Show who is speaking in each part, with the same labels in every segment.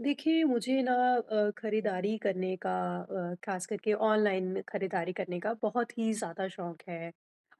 Speaker 1: देखिए, मुझे ना खरीदारी करने का, ख़ास करके ऑनलाइन खरीदारी करने का बहुत ही ज़्यादा शौक है।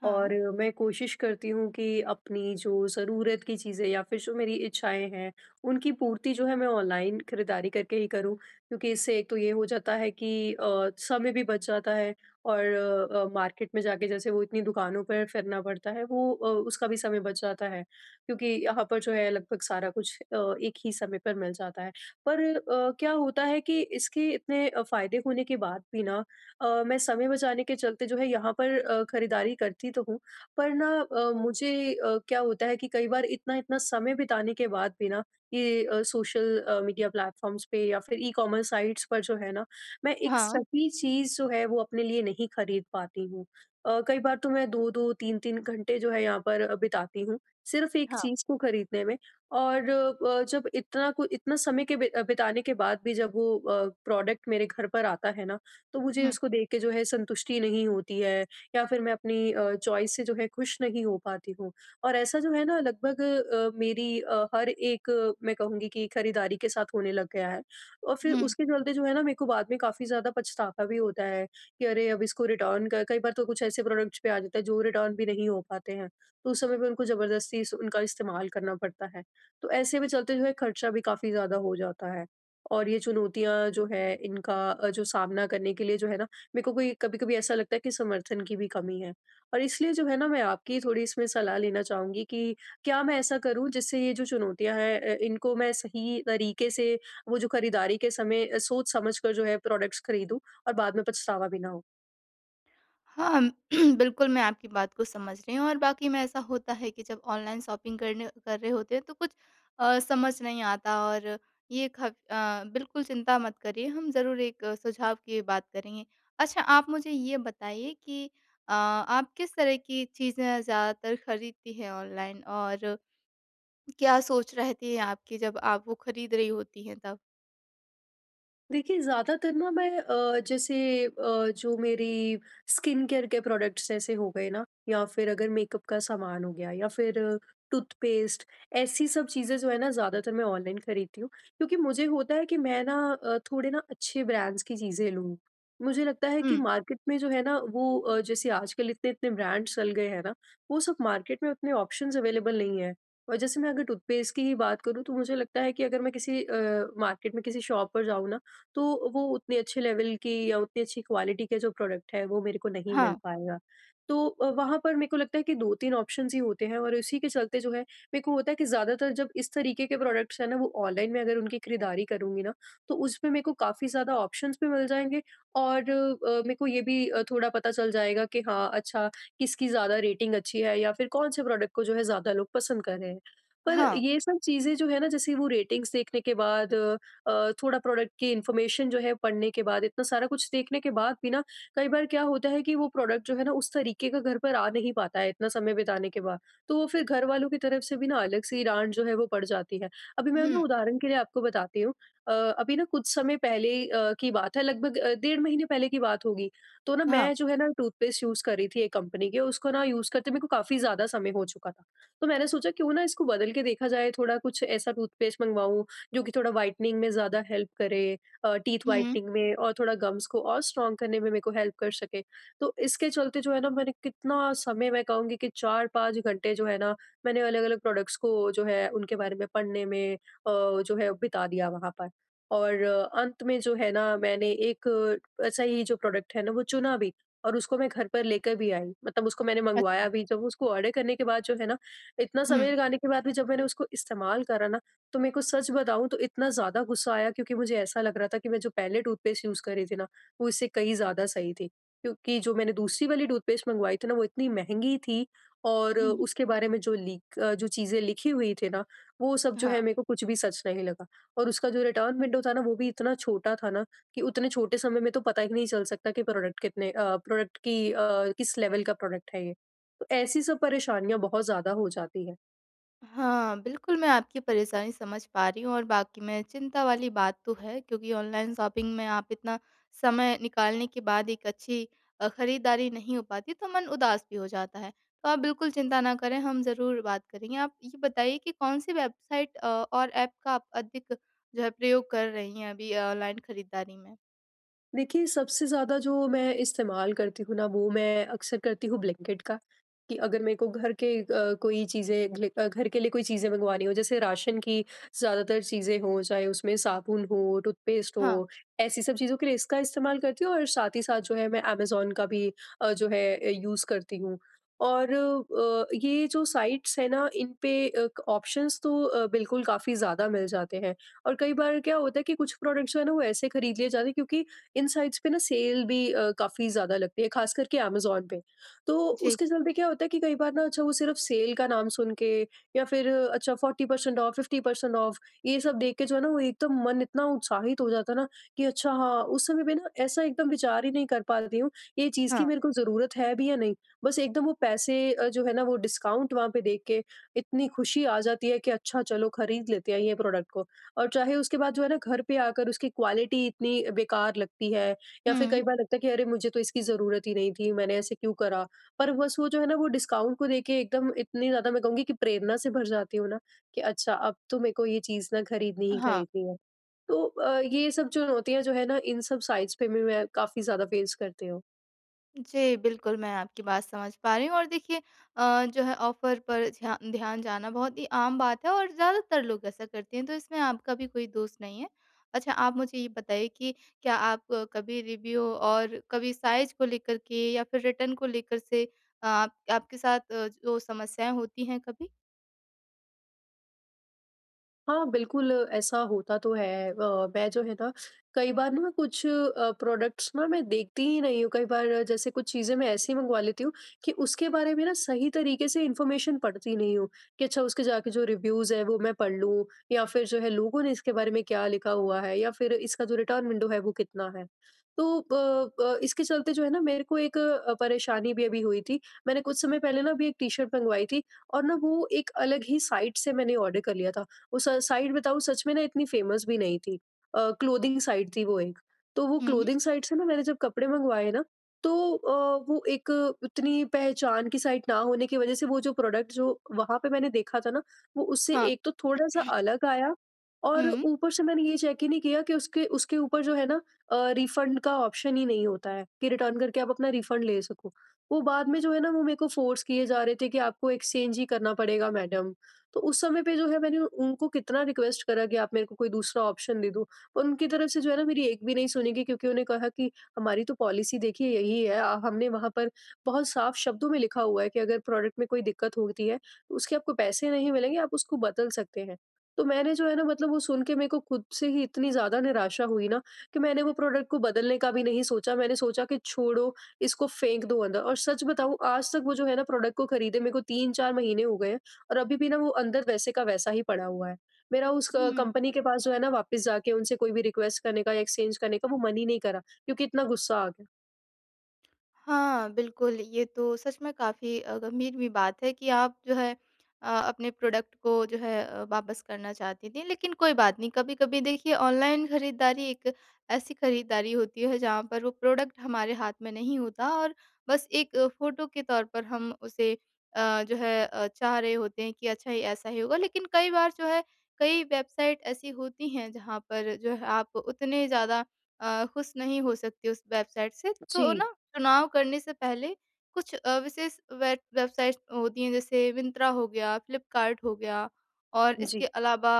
Speaker 2: हाँ,
Speaker 1: और मैं कोशिश करती हूँ कि अपनी जो ज़रूरत की चीज़ें या फिर जो मेरी इच्छाएँ हैं, उनकी पूर्ति जो है मैं ऑनलाइन खरीदारी करके ही करूँ। क्योंकि इससे एक तो ये हो जाता है कि समय भी बच जाता है, और मार्केट में जाके जैसे वो इतनी दुकानों पर फिरना पड़ता है, वो उसका भी समय बच जाता है। क्योंकि यहाँ पर जो है लगभग सारा कुछ एक ही समय पर मिल जाता है। पर क्या होता है कि इसके इतने फ़ायदे होने के बाद भी ना, मैं समय बचाने के चलते जो है यहाँ पर खरीदारी करती तो हूँ, पर ना मुझे क्या होता है कि कई बार इतना-इतना समय बिताने के बाद भी ना, ये सोशल मीडिया प्लेटफ़ॉर्म्स पे या फिर ई-कॉमर्स साइट्स पर जो है ना, मैं एक
Speaker 2: हाँ,
Speaker 1: सही चीज़ जो है वो अपने लिए नहीं खरीद पाती हूँ। कई बार तो मैं 2-2 3-3 घंटे जो है यहाँ पर बिताती हूँ, सिर्फ़ एक
Speaker 2: हाँ।
Speaker 1: चीज़ को खरीदने में। और जब इतना समय के बिताने के बाद भी जब वो प्रोडक्ट मेरे घर पर आता है ना, तो मुझे
Speaker 2: हुँ,
Speaker 1: उसको देख के जो है संतुष्टि नहीं होती है, या फिर मैं अपनी चॉइस से जो है खुश नहीं हो पाती हूँ। और ऐसा जो है ना लगभग मेरी हर एक मैं कहूँगी कि खरीदारी के साथ होने लग गया है। और फिर
Speaker 2: हुँ।
Speaker 1: उसके चलते जो है ना मेरे को बाद में काफ़ी ज़्यादा पछतावा भी होता है कि अरे अब इसको रिटर्न क कई बार तो कुछ ऐसे प्रोडक्ट्स पे आ जाता है जो रिटर्न भी नहीं हो पाते हैं। तो उस समय पे उनको ज़बरदस्ती स उनका इस्तेमाल करना पड़ता है। तो ऐसे में चलते जो है खर्चा भी काफ़ी ज़्यादा हो जाता है। और ये चुनौतियाँ जो है इनका जो सामना करने के लिए जो है ना, मेरे को कोई कभी-कभी ऐसा लगता है कि समर्थन की भी कमी है। और इसलिए जो है ना मैं आपकी थोड़ी इसमें सलाह लेना चाहूँगी कि क्या मैं ऐसा करूँ जिससे ये जो चुनौतियाँ हैं, इनको मैं सही तरीके से, वो जो खरीदारी के समय सोच समझ कर जो है प्रोडक्ट्स खरीदूँ और बाद में पछतावा भी ना हो?
Speaker 2: हाँ, बिल्कुल मैं आपकी बात को समझ रही हूँ और बाकी में ऐसा होता है कि जब ऑनलाइन शॉपिंग करने कर रहे होते हैं तो कुछ समझ नहीं आता और बिल्कुल चिंता मत करिए, हम ज़रूर एक सुझाव की बात करेंगे। अच्छा आप मुझे ये बताइए कि आप किस तरह की चीज़ें ज़्यादातर खरीदती हैं ऑनलाइन और क्या सोच रहती है आपकी जब आप वो खरीद रही होती हैं तब?
Speaker 1: देखिए, ज़्यादातर ना मैं जैसे जो मेरी स्किन केयर के प्रोडक्ट्स ऐसे हो गए ना, या फिर अगर मेकअप का सामान हो गया, या फिर टूथपेस्ट, ऐसी सब चीज़ें जो है ना ज़्यादातर मैं ऑनलाइन खरीदती हूँ, क्योंकि मुझे होता है कि मैं ना थोड़े ना अच्छे ब्रांड्स की चीज़ें लूँ। मुझे लगता है
Speaker 2: हुँ,
Speaker 1: कि मार्केट में जो है ना, वो जैसे आजकल इतने इतने ब्रांड्स चल गए हैं ना, वो सब मार्केट में उतने ऑप्शंस अवेलेबल नहीं है। और जैसे मैं अगर टूथपेस्ट की ही बात करूँ, तो मुझे लगता है कि अगर मैं किसी मार्केट में किसी शॉप पर जाऊँ ना, तो वो उतने अच्छे लेवल के या उतनी अच्छी क्वालिटी के जो प्रोडक्ट है वो मेरे को नहीं मिल
Speaker 2: हाँ,
Speaker 1: पाएगा। तो वहाँ पर मेरे को लगता है कि 2-3 ऑप्शंस ही होते हैं, और इसी के चलते जो है मेरे को होता है कि ज़्यादातर जब इस तरीके के प्रोडक्ट्स हैं ना, वो ऑनलाइन में अगर उनकी खरीदारी करूँगी ना, तो उसमें मेरे को काफ़ी ज़्यादा ऑप्शंस भी मिल जाएँगे। और मेरे को ये भी थोड़ा पता चल जाएगा कि हाँ, अच्छा, किसकी ज़्यादा रेटिंग अच्छी है या फिर कौन से प्रोडक्ट को जो है ज़्यादा लोग पसंद कर रहे हैं। पर
Speaker 2: हाँ।
Speaker 1: ये सब चीज़ें जो है ना, जैसे वो रेटिंग्स देखने के बाद, थोड़ा प्रोडक्ट की इन्फॉर्मेशन जो है पढ़ने के बाद, इतना सारा कुछ देखने के बाद भी ना कई बार क्या होता है कि वो प्रोडक्ट जो है ना उस तरीके का घर पर आ नहीं पाता है इतना समय बिताने के बाद। तो वो फिर घर वालों की तरफ से भी ना अलग सी डांट जो है वो पड़ जाती है। अभी मैं ना
Speaker 2: हुँ,
Speaker 1: उदाहरण के लिए आपको बताती हूँ। अभी ना कुछ समय पहले की बात है, लगभग 1.5 महीने पहले की बात होगी। तो ना
Speaker 2: हाँ।
Speaker 1: मैं जो है ना टूथपेस्ट यूज कर रही थी एक कंपनी के, उसको ना यूज करते मेरे को काफी ज्यादा समय हो चुका था। तो मैंने सोचा क्यों ना इसको बदल के देखा जाए, थोड़ा कुछ ऐसा टूथपेस्ट मंगवाऊं जो कि थोड़ा व्हाइटनिंग में ज़्यादा हेल्प करे, टीथ
Speaker 2: हुँ।
Speaker 1: व्हाइटनिंग में और थोड़ा गम्स को और स्ट्रॉन्ग करने में मेरे को हेल्प कर सके। तो इसके चलते जो है ना मैंने कितना समय, मैं कहूँगी कि 4-5 घंटे जो है ना, मैंने अलग-अलग प्रोडक्ट्स को जो है उनके बारे में पढ़ने में जो है बिता दिया वहाँ पर। और अंत में जो है ना, मैंने एक ऐसा ही जो प्रोडक्ट है ना वो चुना भी, और उसको मैं घर पर लेकर भी आई। मतलब उसको मैंने
Speaker 2: अच्छा।
Speaker 1: मँगवाया भी। जब उसको ऑर्डर करने के बाद जो है ना, इतना
Speaker 2: हुँ।
Speaker 1: समय लगाने के बाद भी जब मैंने उसको इस्तेमाल करा ना, तो मेरे को सच बताऊँ तो इतना ज़्यादा गुस्सा आया, क्योंकि मुझे ऐसा लग रहा था कि मैं जो पहले टूथपेस्ट यूज़ कर रही थी ना, वो इससे कहीं ज़्यादा सही थी। क्योंकि जो मैंने दूसरी वाली टूथपेस्ट मंगवाई थी ना, वो इतनी महँगी थी, और
Speaker 2: हुँ,
Speaker 1: उसके बारे में जो चीज़ें लिखी हुई थी ना, वो सब जो है
Speaker 2: हाँ।
Speaker 1: मेरे को कुछ भी सच नहीं लगा। और उसका जो रिटर्न विंडो था ना, वो भी इतना छोटा था ना कि उतने छोटे समय में तो पता ही नहीं चल सकता कि प्रोडक्ट कितने अ, प्रोडक्ट की अ, किस लेवल का प्रोडक्ट है ये। तो ऐसी सब परेशानियाँ बहुत ज़्यादा हो जाती हैं।
Speaker 2: हाँ, बिल्कुल मैं आपकी परेशानी समझ पा रही हूँ और वाक़ई में चिंता वाली बात तो है क्योंकि ऑनलाइन शॉपिंग में आप इतना समय निकालने के बाद एक अच्छी खरीदारी नहीं हो पाती तो मन उदास भी हो जाता है। तो आप बिल्कुल चिंता ना करें, हम ज़रूर बात करेंगे। आप ये बताइए कि कौन-सी वेबसाइट और ऐप का आप अधिक जो है प्रयोग कर रही हैं अभी ऑनलाइन खरीदारी में?
Speaker 1: देखिए, सबसे ज़्यादा जो मैं इस्तेमाल करती हूँ ना, वो मैं अक्सर करती हूँ ब्लिंकिट का, कि अगर मेरे को घर के लिए कोई चीज़ें मंगवानी हो, जैसे राशन की ज़्यादातर चीज़ें हों, चाहे उसमें साबुन हो, टूथपेस्ट हो,
Speaker 2: हाँ।
Speaker 1: ऐसी सब चीज़ों के लिए इसका इस्तेमाल करती हूँ, और साथ ही साथ जो है मैं अमेज़न का भी यूज़ करती हूँ। और ये जो साइट्स हैं ना, इन पे अ, क ऑप्शंस तो बिल्कुल काफ़ी ज़्यादा मिल जाते हैं, और कई बार क्या होता है कि कुछ प्रोडक्ट्स जो है ना, वो ऐसे खरीद लिए जाते हैं, क्योंकि इन साइट्स पे ना सेल भी काफ़ी ज़्यादा लगती है, ख़ास करके अमेज़न पे। तो
Speaker 2: जी।
Speaker 1: उसके चलते क्या होता है कि कई बार ना, अच्छा, वो सिर्फ़ सेल का नाम सुन के, या फिर अच्छा 40% ऑफ, 50% ऑफ, ये सब देख के जो है ना, वो एकदम मन इतना उत्साहित हो जाता है ना कि अच्छा हाँ, उस समय पे ना ऐसा एकदम विचार ही नहीं कर पाती हूँ, ये चीज़
Speaker 2: हाँ।
Speaker 1: की मेरे को ज़रूरत है भी या नहीं। बस एकदम वो पैसे जो है ना वो डिस्काउंट वहाँ पे देख के इतनी खुशी आ जाती है कि अच्छा, चलो खरीद लेते हैं ये प्रोडक्ट को। और चाहे उसके बाद जो है ना घर पे आकर उसकी क्वालिटी इतनी बेकार लगती है, या फिर
Speaker 2: हुँ।
Speaker 1: कई बार लगता है कि अरे, मुझे तो इसकी ज़रूरत ही नहीं थी, मैंने ऐसे क्यों करा? पर बस वो जो है ना वो डिस्काउंट को देके एकदम इतनी ज़्यादा, मैं कहूँगी कि प्रेरणा से भर जाती हूँ ना कि अच्छा अब तो मेरे को ये चीज़ ना खरीदनी ही
Speaker 2: हाँ।
Speaker 1: खरीदनी है। तो ये सब चुनौतियाँ जो है ना इन सब साइट्स पे भी मैं काफ़ी ज़्यादा फेस करती हूँ।
Speaker 2: जी, बिल्कुल, मैं आपकी बात समझ पा रही हूँ और देखिए जो है ऑफ़र पर ध्यान जाना बहुत ही आम बात है और ज़्यादातर लोग ऐसा करते हैं, तो इसमें आपका भी कोई दोष नहीं है। अच्छा, आप मुझे ये बताइए कि क्या आप कभी रिव्यू और कभी साइज़ को लेकर के या फिर रिटर्न को लेकर से आप आपके साथ जो समस्याएँ होती हैं कभी?
Speaker 1: हाँ, बिल्कुल ऐसा होता तो है। मैं जो है ना कई बार ना कुछ प्रोडक्ट्स ना मैं देखती ही नहीं हूँ। कई बार जैसे कुछ चीज़ें मैं ऐसी मँगवा लेती हूँ कि उसके बारे में ना सही तरीके से इन्फॉर्मेशन पढ़ती नहीं हूँ कि अच्छा उसके जाके जो रिव्यूज़ हैं वो मैं पढ़ लूँ, या फिर जो है लोगों ने इसके बारे में क्या लिखा हुआ है, या फिर इसका जो रिटर्न विंडो है वो कितना है। तो इसके चलते जो है ना मेरे को एक परेशानी भी अभी हुई थी। मैंने कुछ समय पहले ना अभी एक टी-शर्ट मँगवाई थी, और ना वो एक अलग ही साइट से मैंने ऑर्डर कर लिया था। वो स साइट बताऊँ, सच में ना इतनी फ़ेमस भी नहीं थी। क्लोथिंग साइट थी वो एक। तो वो
Speaker 2: हुँ।
Speaker 1: क्लोथिंग साइट से ना मैंने जब कपड़े मँगवाए ना, तो वो एक उतनी पहचान की साइट ना होने की वज़ह से वो जो प्रोडक्ट जो वहाँ पे मैंने देखा था ना, वो उससे
Speaker 2: हाँ।
Speaker 1: एक तो थोड़ा-सा अलग आया। और
Speaker 2: हुँ,
Speaker 1: ऊपर से मैंने ये चेक ही नहीं किया कि उसके उसके ऊपर जो है ना, रिफंड का ऑप्शन ही नहीं होता है कि रिटर्न करके आप अपना रिफंड ले सको। वो बाद में जो है ना वो मेरे को फ़ोर्स किए जा रहे थे कि आपको एक्सचेंज ही करना पड़ेगा मैडम। तो उस समय पे जो है मैंने उनको कितना रिक्वेस्ट करा कि आप मेरे को कोई दूसरा ऑप्शन दे दो। पर उनकी तरफ से जो है ना मेरी एक भी नहीं सुनी गई, क्योंकि उन्हें कहा कि हमारी तो पॉलिसी देखिए यही है। हमने वहाँ पर बहुत साफ शब्दों में लिखा हुआ है कि अगर प्रोडक्ट में कोई दिक्कत होती है, तो उसके आपको पैसे नहीं मिलेंगे, आप उसको बदल सकते हैं। तो मैंने जो है ना, मतलब वो सुन के मेरे को खुद से ही इतनी ज़्यादा निराशा हुई ना कि मैंने वो प्रोडक्ट को बदलने का भी नहीं सोचा। मैंने सोचा कि छोड़ो, इसको फेंक दो अंदर। और सच बताऊँ, आज तक वो जो है ना प्रोडक्ट को खरीदे मेरे को 3-4 महीने हो गए हैं। और अभी भी ना वो अंदर वैसे का वैसा ही पड़ा हुआ है। मेरा उस क
Speaker 2: हुँ।
Speaker 1: कंपनी के पास जो है ना वापस जाके उनसे कोई भी रिक्वेस्ट करने का या एक्सचेंज करने का वो मन ही नहीं करा, क्योंकि इतना गुस्सा आ गया।
Speaker 2: हाँ, बिल्कुल, ये तो सच में काफ़ी गंभीर भी बात है कि आप जो है अपने प्रोडक्ट को जो है वापस करना चाहती थीं। लेकिन कोई बात नहीं, कभी-कभी देखिए ऑनलाइन खरीदारी एक ऐसी खरीदारी होती है जहाँ पर वो प्रोडक्ट हमारे हाथ में नहीं होता और बस एक फ़ोटो के तौर पर हम उसे जो है चाह रहे होते हैं कि अच्छा ये ऐसा ही होगा। लेकिन कई बार जो है कई वेबसाइट ऐसी होती हैं जहाँ पर जो है आप उतने ज़्यादा खुश नहीं हो सकते उस वेबसाइट से। तो
Speaker 1: जी,
Speaker 2: ना चुनाव करने से पहले कुछ विशेष वेबसाइट्स होती हैं जैसे मिंत्रा हो गया, फ्लिपकार्ट हो गया और
Speaker 1: जी,
Speaker 2: इसके अलावा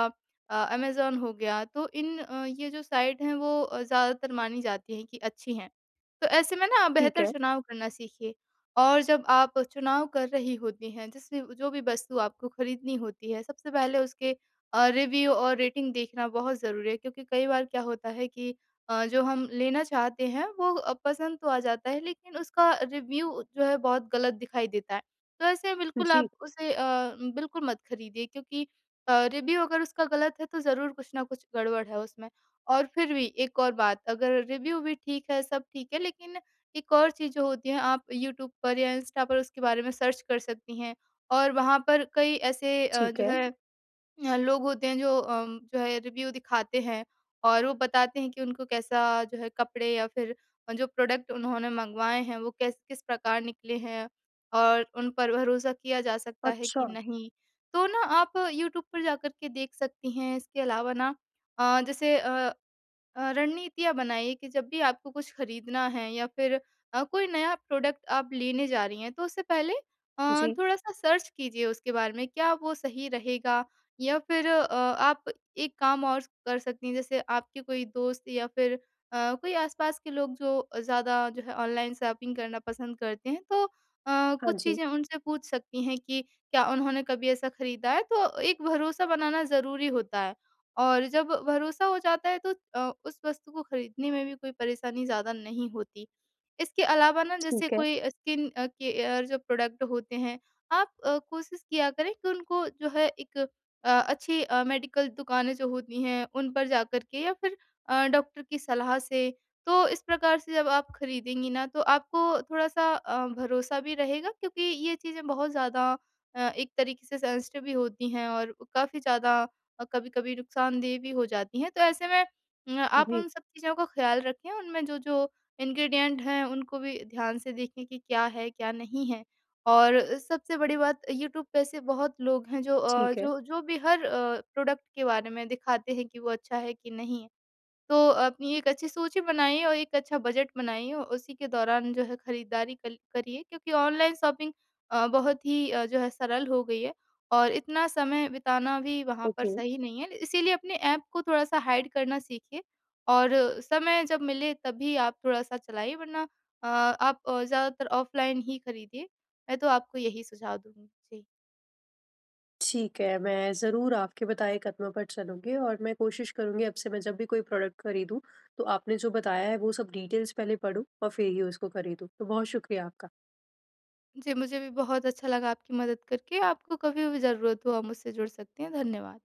Speaker 2: अमेज़न हो गया। तो ये जो साइट हैं वो ज़्यादातर मानी जाती हैं कि अच्छी हैं। तो ऐसे में ना आप
Speaker 1: ठीक
Speaker 2: बेहतर
Speaker 1: है।
Speaker 2: चुनाव करना सीखिए और जब आप चुनाव कर रही होती हैं जिससे जो भी वस्तु आपको खरीदनी होती है सबसे पहले उसके रिव्यू और रेटिंग देखना बहुत ज़रूरी है क्योंकि कई बार क्या होता है कि जो हम लेना चाहते हैं वो पसंद तो आ जाता है लेकिन उसका रिव्यू जो है बहुत गलत दिखाई देता है। तो ऐसे में बिल्कुल
Speaker 1: जी,
Speaker 2: आप उसे बिल्कुल मत खरीदिए क्योंकि रिव्यू अगर उसका गलत है तो ज़रूर कुछ ना कुछ गड़बड़ है उसमें। और फिर भी एक और बात अगर रिव्यू भी ठीक है, सब ठीक है लेकिन एक और चीज़ जो होती है आप यूट्यूब पर या इंस्टा पर उसके बारे में सर्च कर सकती हैं और वहाँ पर कई ऐसे
Speaker 1: ठीक
Speaker 2: जो
Speaker 1: है।
Speaker 2: है लोग होते हैं जो जो है रिव्यू दिखाते हैं और वो बताते हैं कि उनको कैसा जो है कपड़े या फिर जो प्रोडक्ट उन्होंने मंगवाए हैं वो कैस किस प्रकार निकले हैं और उन पर भरोसा किया जा सकता है
Speaker 1: अच्छा,
Speaker 2: कि नहीं। तो ना आप यूट्यूब पर जाकर के देख सकती हैं। इसके अलावा ना जैसे रणनीतियाँ बनाइए कि जब भी आपको कुछ खरीदना है या फिर कोई नया प्रोडक्ट आप लेने जा रही हैं, तो उससे पहले
Speaker 1: जी,
Speaker 2: थोड़ा-सा सर्च कीजिए उसके बारे में, क्या वो सही रहेगा या फिर आप एक काम और कर सकती हैं, जैसे आपके कोई दोस्त या फिर कोई आस-पास के लोग जो ज़्यादा जो है ऑनलाइन शॉपिंग करना पसंद करते हैं, तो
Speaker 1: हाँ
Speaker 2: कुछ
Speaker 1: जी,
Speaker 2: चीज़ें उनसे पूछ सकती हैं कि क्या उन्होंने कभी ऐसा खरीदा है? तो एक भरोसा बनाना ज़रूरी होता है। और जब भरोसा हो जाता है तो उस वस्तु को खरीदने में भी कोई परेशानी ज़्यादा नहीं होती। इसके अलावा ना जैसे
Speaker 1: ठीक है।
Speaker 2: कोई स्किन केयर जो प्रोडक्ट होते हैं, आप कोशिश किया करें कि उनको जो है एक अच्छी मेडिकल दुकानें जो होती हैं उन पर जाकर के या फिर डॉक्टर की सलाह से। तो इस प्रकार से जब आप खरीदेंगी ना तो आपको थोड़ा-सा भरोसा भी रहेगा क्योंकि ये चीज़ें बहुत ज़्यादा एक तरीके से सेंसिटिव भी होती हैं और काफ़ी ज़्यादा और कभी-कभी नुकसानदेह भी हो जाती हैं। तो ऐसे में आप
Speaker 1: जी,
Speaker 2: उन सब चीज़ों का ख़्याल रखें, उनमें जो-जो इंग्रीडिएंट हैं, उनको भी ध्यान से देखें कि क्या है, क्या नहीं है। और सबसे बड़ी बात यूट्यूब पे ऐसे बहुत लोग हैं
Speaker 1: ठीक है।
Speaker 2: जो जो भी हर प्रोडक्ट के बारे में दिखाते हैं कि वो अच्छा है कि नहीं है। तो अपनी एक अच्छी सूची बनाइए और एक अच्छा बजट बनाइए और उसी के दौरान जो है खरीदारी करिए क्योंकि ऑनलाइन शॉपिंग बहुत ही जो है सरल हो गई है और इतना समय बिताना भी वहाँ पर
Speaker 1: ओके,
Speaker 2: सही नहीं है इसीलिए अपने ऐप को थोड़ा सा हाइड करना सीखिए और समय जब मिले तभी आप थोड़ा सा चलाइए वरना आप ज़्यादातर ऑफलाइन ही खरीदिए। मैं तो आपको यही सुझाव दूंगी जी।
Speaker 1: ठीक है। मैं ज़रूर आपके बताए कदमों पर चलूँगी, और मैं कोशिश करूँगी अब से मैं जब भी कोई प्रोडक्ट खरीदूँ, तो आपने जो बताया है वो सब डिटेल्स पहले पढूँ और फिर ही उसको खरीदूँ। तो बहुत शुक्रिया आपका।
Speaker 2: जी मुझे भी बहुत अच्छा लगा आपकी मदद करके। आपको कभी भी ज़रूरत हो आप मुझसे जुड़ सकते हैं। धन्यवाद।